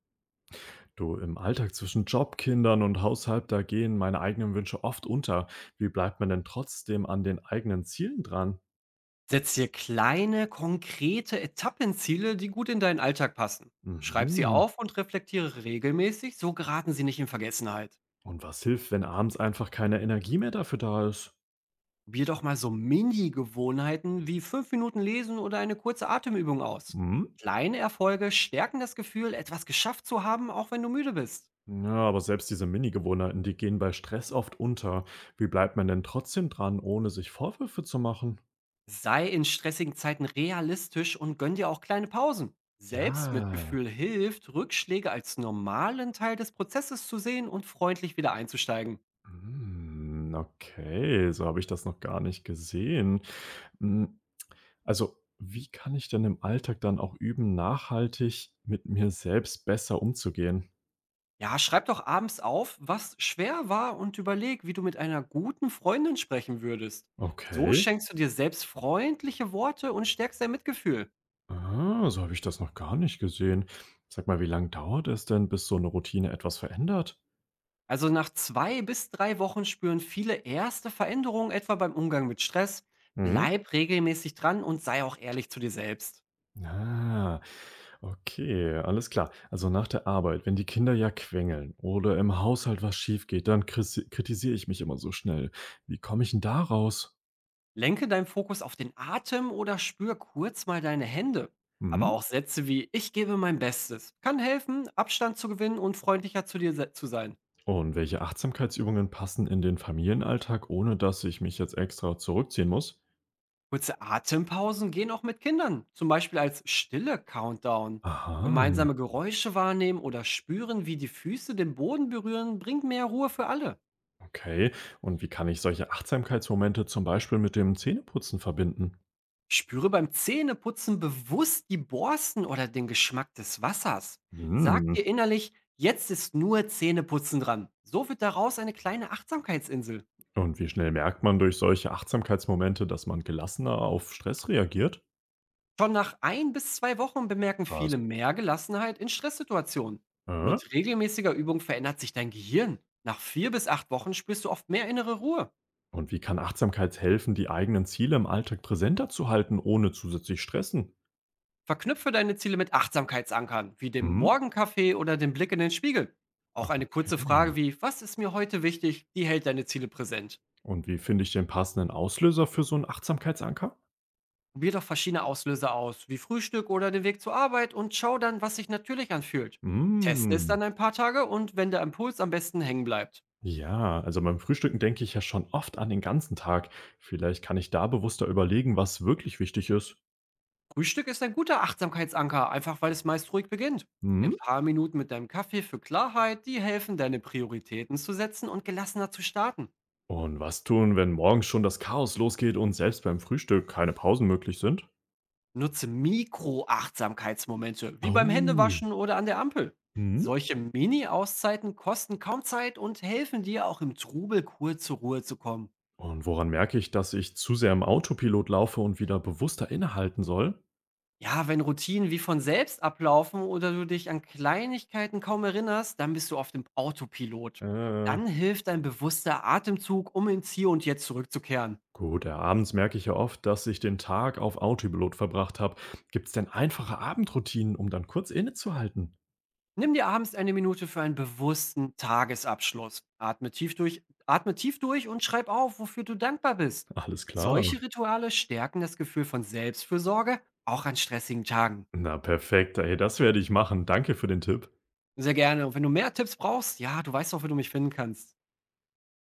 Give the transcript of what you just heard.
Du, im Alltag zwischen Job, Kindern und Haushalt, da gehen meine eigenen Wünsche oft unter. Wie bleibt man denn trotzdem an den eigenen Zielen dran? Setz dir kleine, konkrete Etappenziele, die gut in deinen Alltag passen. Schreib sie Mhm. auf und reflektiere regelmäßig, so geraten sie nicht in Vergessenheit. Und was hilft, wenn abends einfach keine Energie mehr dafür da ist? Probier doch mal so Mini-Gewohnheiten wie 5 Minuten lesen oder eine kurze Atemübung aus. Mhm. Kleine Erfolge stärken das Gefühl, etwas geschafft zu haben, auch wenn du müde bist. Ja, aber selbst diese Mini-Gewohnheiten, die gehen bei Stress oft unter. Wie bleibt man denn trotzdem dran, ohne sich Vorwürfe zu machen? Sei in stressigen Zeiten realistisch und gönn dir auch kleine Pausen. Ja. Selbstmitgefühl hilft, Rückschläge als normalen Teil des Prozesses zu sehen und freundlich wieder einzusteigen. Hm, okay, so habe ich das noch gar nicht gesehen. Hm, also, wie kann ich denn im Alltag dann auch üben, nachhaltig mit mir selbst besser umzugehen? Ja, schreib doch abends auf, was schwer war und überleg, wie du mit einer guten Freundin sprechen würdest. So Okay. schenkst du dir selbst freundliche Worte und stärkst dein Mitgefühl. Ah, so habe ich das noch gar nicht gesehen. Sag mal, wie lange dauert es denn, bis so eine Routine etwas verändert? Also nach 2 bis 3 Wochen spüren viele erste Veränderungen, etwa beim Umgang mit Stress. Mhm. Bleib regelmäßig dran und sei auch ehrlich zu dir selbst. Ah, okay, alles klar. Also, nach der Arbeit, wenn die Kinder ja quengeln oder im Haushalt was schief geht, dann kris kritisiere ich mich immer so schnell. Wie komme ich denn da raus? Lenke deinen Fokus auf den Atem oder spür kurz mal deine Hände. Aber Mhm. auch Sätze wie „Ich gebe mein Bestes" kann helfen, Abstand zu gewinnen und freundlicher zu dir zu sein. Und welche Achtsamkeitsübungen passen in den Familienalltag, ohne dass ich mich jetzt extra zurückziehen muss? Kurze Atempausen gehen auch mit Kindern, zum Beispiel als stille Countdown. Aha, Gemeinsame Geräusche wahrnehmen oder spüren, wie die Füße den Boden berühren, bringt mehr Ruhe für alle. okay. Und wie kann ich solche Achtsamkeitsmomente zum Beispiel mit dem Zähneputzen verbinden? Spüre beim Zähneputzen bewusst die Borsten oder den Geschmack des Wassers. Sag Hm. dir innerlich, jetzt ist nur Zähneputzen dran. So wird daraus eine kleine Achtsamkeitsinsel. Und wie schnell merkt man durch solche Achtsamkeitsmomente, dass man gelassener auf Stress reagiert? Schon nach 1 bis 2 Wochen bemerken Krass. viele mehr Gelassenheit in Stresssituationen. Äh? Mit regelmäßiger Übung verändert sich dein Gehirn. Nach 4 bis 8 Wochen spürst du oft mehr innere Ruhe. Und wie kann Achtsamkeit helfen, die eigenen Ziele im Alltag präsenter zu halten, ohne zusätzlich stressen? Verknüpfe deine Ziele mit Achtsamkeitsankern, wie dem Hm? Morgenkaffee oder dem Blick in den Spiegel. Auch eine kurze Okay. Frage wie „Was ist mir heute wichtig?" die hält deine Ziele präsent. Und wie finde ich den passenden Auslöser für so einen Achtsamkeitsanker? Probier doch verschiedene Auslöser aus, wie Frühstück oder den Weg zur Arbeit, und schau dann, was sich natürlich anfühlt. Teste es dann Hm, ein paar Tage und wenn der Impuls am besten hängen bleibt. ja, also beim Frühstücken denke ich ja schon oft an den ganzen Tag. Vielleicht kann ich da bewusster überlegen, was wirklich wichtig ist. Frühstück ist ein guter Achtsamkeitsanker, einfach weil es meist ruhig beginnt. Hm? Ein paar Minuten mit deinem Kaffee für Klarheit, die helfen, deine Prioritäten zu setzen und gelassener zu starten. Und was tun, wenn morgens schon das Chaos losgeht und selbst beim Frühstück keine Pausen möglich sind? Nutze Mikro-Achtsamkeitsmomente, wie beim Händewaschen Oh. oder an der Ampel. Hm? Solche Mini-Auszeiten kosten kaum Zeit und helfen dir auch im Trubel kurz zur Ruhe zu kommen. Und woran merke ich, dass ich zu sehr im Autopilot laufe und wieder bewusster innehalten soll? Ja, wenn Routinen wie von selbst ablaufen oder du dich an Kleinigkeiten kaum erinnerst, dann bist du auf dem Autopilot. Äh, Dann hilft ein bewusster Atemzug, um ins Hier und Jetzt zurückzukehren. gut, ja, abends merke ich ja oft, dass ich den Tag auf Autopilot verbracht habe. Gibt es denn einfache Abendroutinen, um dann kurz innezuhalten? Nimm dir abends 1 Minute für einen bewussten Tagesabschluss. Atme tief durch und schreib auf, wofür du dankbar bist. Alles Solche klar. Rituale stärken das Gefühl von Selbstfürsorge, auch an stressigen Tagen. Na perfekt, ey, das werde ich machen. Danke für den Tipp. Sehr gerne. Und wenn du mehr Tipps brauchst, ja, du weißt auch, wo du mich finden kannst.